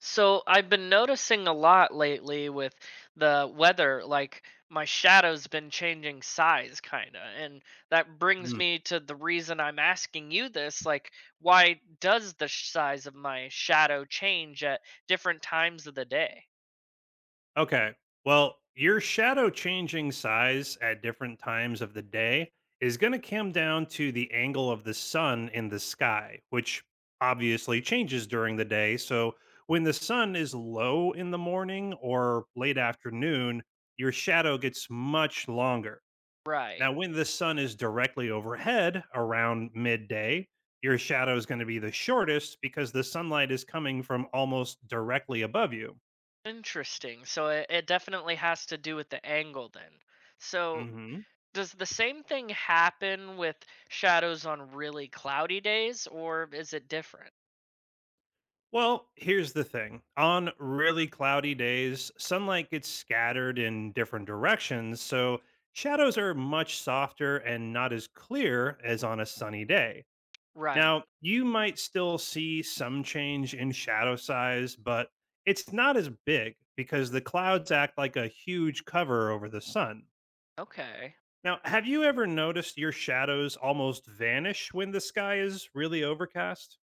So I've been noticing a lot lately with the weather, like my shadow's been changing size, kinda. And that brings Mm, me to the reason I'm asking you this, like why does the size of my shadow change at different times of the day? okay. Well, your shadow changing size at different times of the day is going to come down to the angle of the sun in the sky, which obviously changes during the day. So when the sun is low in the morning or late afternoon, your shadow gets much longer. Right. Now, when the sun is directly overhead around midday, your shadow is going to be the shortest because the sunlight is coming from almost directly above you. Interesting. So it definitely has to do with the angle then. So hmm does the same thing happen with shadows on really cloudy days, or is it different? Well, here's the thing. On really cloudy days, sunlight gets scattered in different directions, so shadows are much softer and not as clear as on a sunny day. Right. Now, you might still see some change in shadow size, but it's not as big because the clouds act like a huge cover over the sun. Okay. Now, have you ever noticed your shadows almost vanish when the sky is really overcast?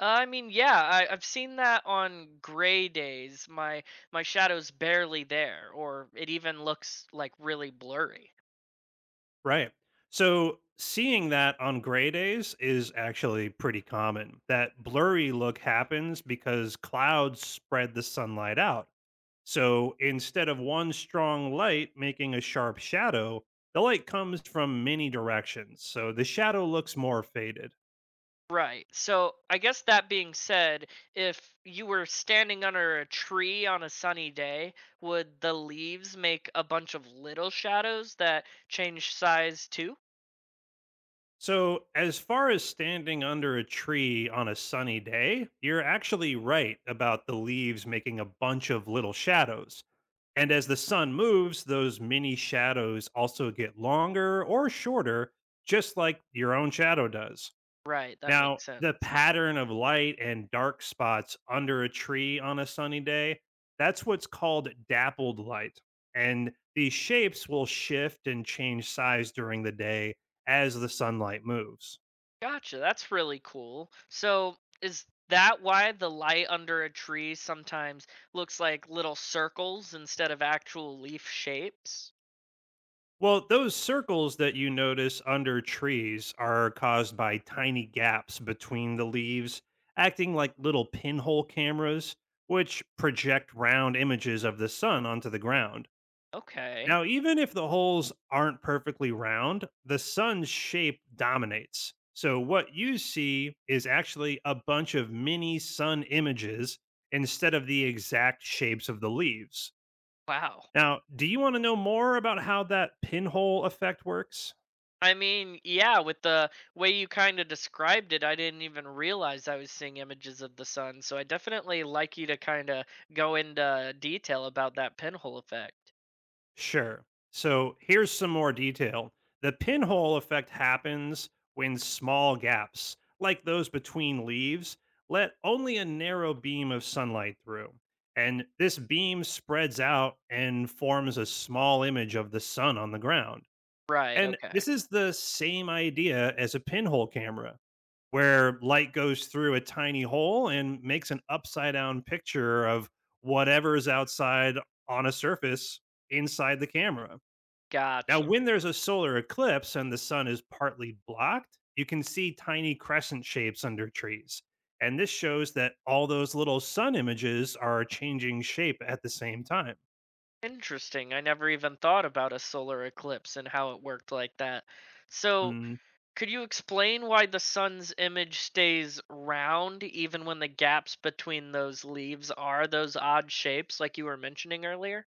I mean, yeah, I've seen that on gray days. My shadow's barely there, or it even looks like really blurry. Right. So seeing that on gray days is actually pretty common. That blurry look happens because clouds spread the sunlight out. So instead of one strong light making a sharp shadow, the light comes from many directions. So the shadow looks more faded. Right. So I guess that being said, if you were standing under a tree on a sunny day, would the leaves make a bunch of little shadows that change size too? So, as far as standing under a tree on a sunny day, you're actually right about the leaves making a bunch of little shadows. And as the sun moves, those mini shadows also get longer or shorter, just like your own shadow does. Right, that Now, makes the sense. pattern of light and dark spots under a tree on a sunny day, that's what's called dappled light. And these shapes will shift and change size during the day as the sunlight moves. Gotcha, that's really cool. So, is that why the light under a tree sometimes looks like little circles instead of actual leaf shapes? Well, those circles that you notice under trees are caused by tiny gaps between the leaves, acting like little pinhole cameras, which project round images of the sun onto the ground. Okay. Now, even if the holes aren't perfectly round, the sun's shape dominates. So, what you see is actually a bunch of mini sun images instead of the exact shapes of the leaves. Wow. Now, do you want to know more about how that pinhole effect works? I mean, yeah, with the way you kind of described it, I didn't even realize I was seeing images of the sun. So, I definitely like you to kind of go into detail about that pinhole effect. Sure. So here's some more detail. The pinhole effect happens when small gaps, like those between leaves, let only a narrow beam of sunlight through. And this beam spreads out and forms a small image of the sun on the ground. Right, And okay. this is the same idea as a pinhole camera where light goes through a tiny hole and makes an upside down picture of whatever's outside on a surface inside the camera. Now, Gotcha. when there's a solar eclipse and the sun is partly blocked, you can see tiny crescent shapes under trees. And this shows that all those little sun images are changing shape at the same time. Interesting. I never even thought about a solar eclipse and how it worked like that. So, Hmm. could you explain why the sun's image stays round even when the gaps between those leaves are those odd shapes like you were mentioning earlier?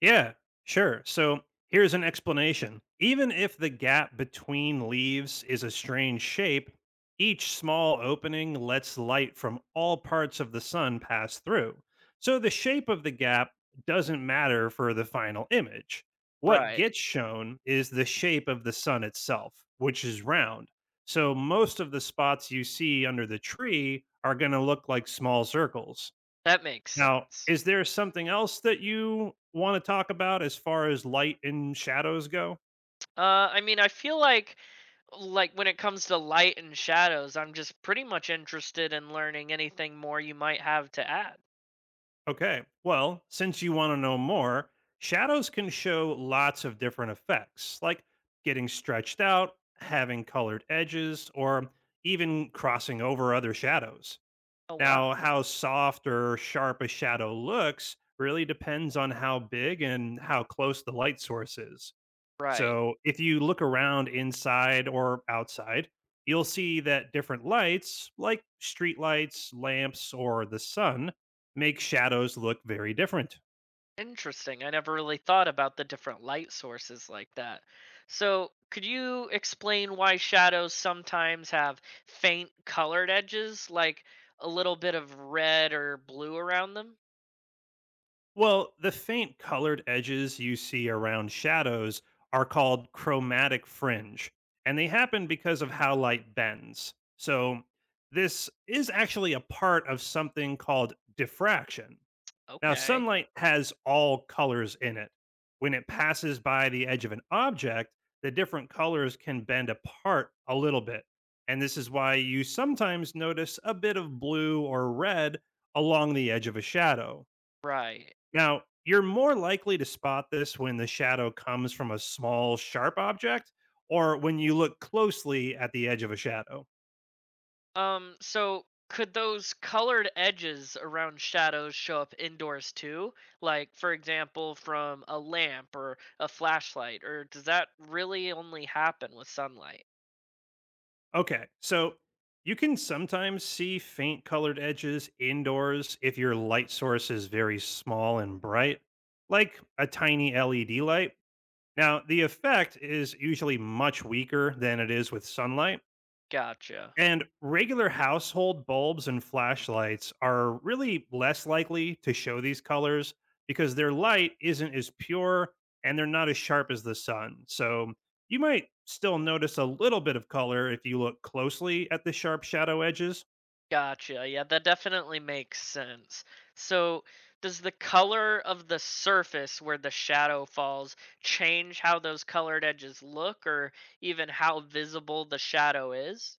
Yeah, sure. So here's an explanation. Even if the gap between leaves is a strange shape, each small opening lets light from all parts of the sun pass through. So the shape of the gap doesn't matter for the final image. What Right. gets shown is the shape of the sun itself, which is round. So most of the spots you see under the tree are going to look like small circles. That makes Now, sense. is there something else that you wanna talk about as far as light and shadows go? Uh I mean, I feel like when it comes to light and shadows, I'm just pretty much interested in learning anything more you might have to add. Okay. Well, since you wanna know more, shadows can show lots of different effects, like getting stretched out, having colored edges, or even crossing over other shadows. Oh wow. Now, how soft or sharp a shadow looks really depends on how big and how close the light source is. Right. So if you look around inside or outside, you'll see that different lights, like street lights, lamps, or the sun, make shadows look very different. Interesting. I never really thought about the different light sources like that. So, could you explain why shadows sometimes have faint colored edges, like a little bit of red or blue around them? Well, the faint colored edges you see around shadows are called chromatic fringe, and they happen because of how light bends. So this is actually a part of something called diffraction. Now, Okay. sunlight has all colors in it. When it passes by the edge of an object, the different colors can bend apart a little bit. And this is why you sometimes notice a bit of blue or red along the edge of a shadow. Right. Now, you're more likely to spot this when the shadow comes from a small, sharp object or when you look closely at the edge of a shadow. So could those colored edges around shadows show up indoors too? Like, for example, from a lamp or a flashlight, or does that really only happen with sunlight? Okay. So you can sometimes see faint colored edges indoors if your light source is very small and bright, like a tiny LED light. Now, the effect is usually much weaker than it is with sunlight. Gotcha. And regular household bulbs and flashlights are really less likely to show these colors because their light isn't as pure and they're not as sharp as the sun. So you might still notice a little bit of color if you look closely at the sharp shadow edges. Gotcha. Yeah, that definitely makes sense. So, does the color of the surface where the shadow falls change how those colored edges look or even how visible the shadow is?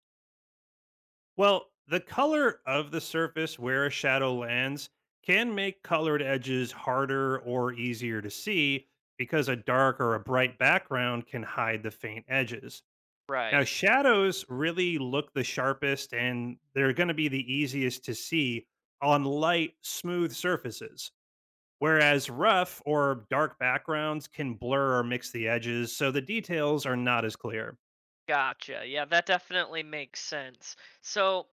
Well, the color of the surface where a shadow lands can make colored edges harder or easier to see because a dark or a bright background can hide the faint edges. Now, Right. shadows really look the sharpest and they're going to be the easiest to see on light, smooth surfaces, whereas rough or dark backgrounds can blur or mix the edges, so the details are not as clear. Gotcha. Yeah, that definitely makes sense. So,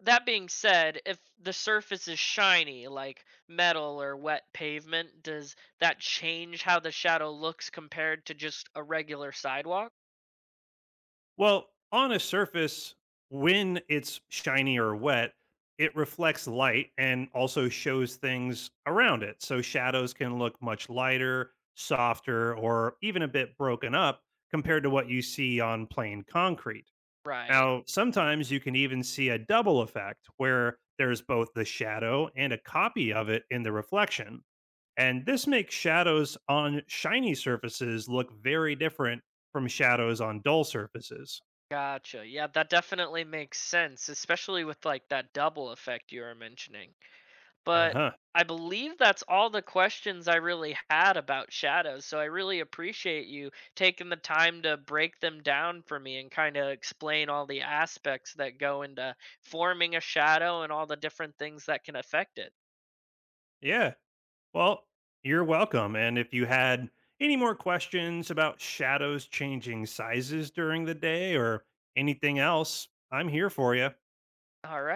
that being said, if the surface is shiny, like metal or wet pavement, does that change how the shadow looks compared to just a regular sidewalk? Well, on a surface, when it's shiny or wet, it reflects light and also shows things around it. So shadows can look much lighter, softer, or even a bit broken up compared to what you see on plain concrete. Right. Now, sometimes you can even see a double effect where there's both the shadow and a copy of it in the reflection. And this makes shadows on shiny surfaces look very different from shadows on dull surfaces. Gotcha. Yeah, that definitely makes sense, especially with like that double effect you were mentioning. Uh But huh. I believe that's all the questions I really had about shadows. So I really appreciate you taking the time to break them down for me and kind of explain all the aspects that go into forming a shadow and all the different things that can affect it. Yeah. Well, you're welcome. And if you had any more questions about shadows changing sizes during the day or anything else, I'm here for you. All right.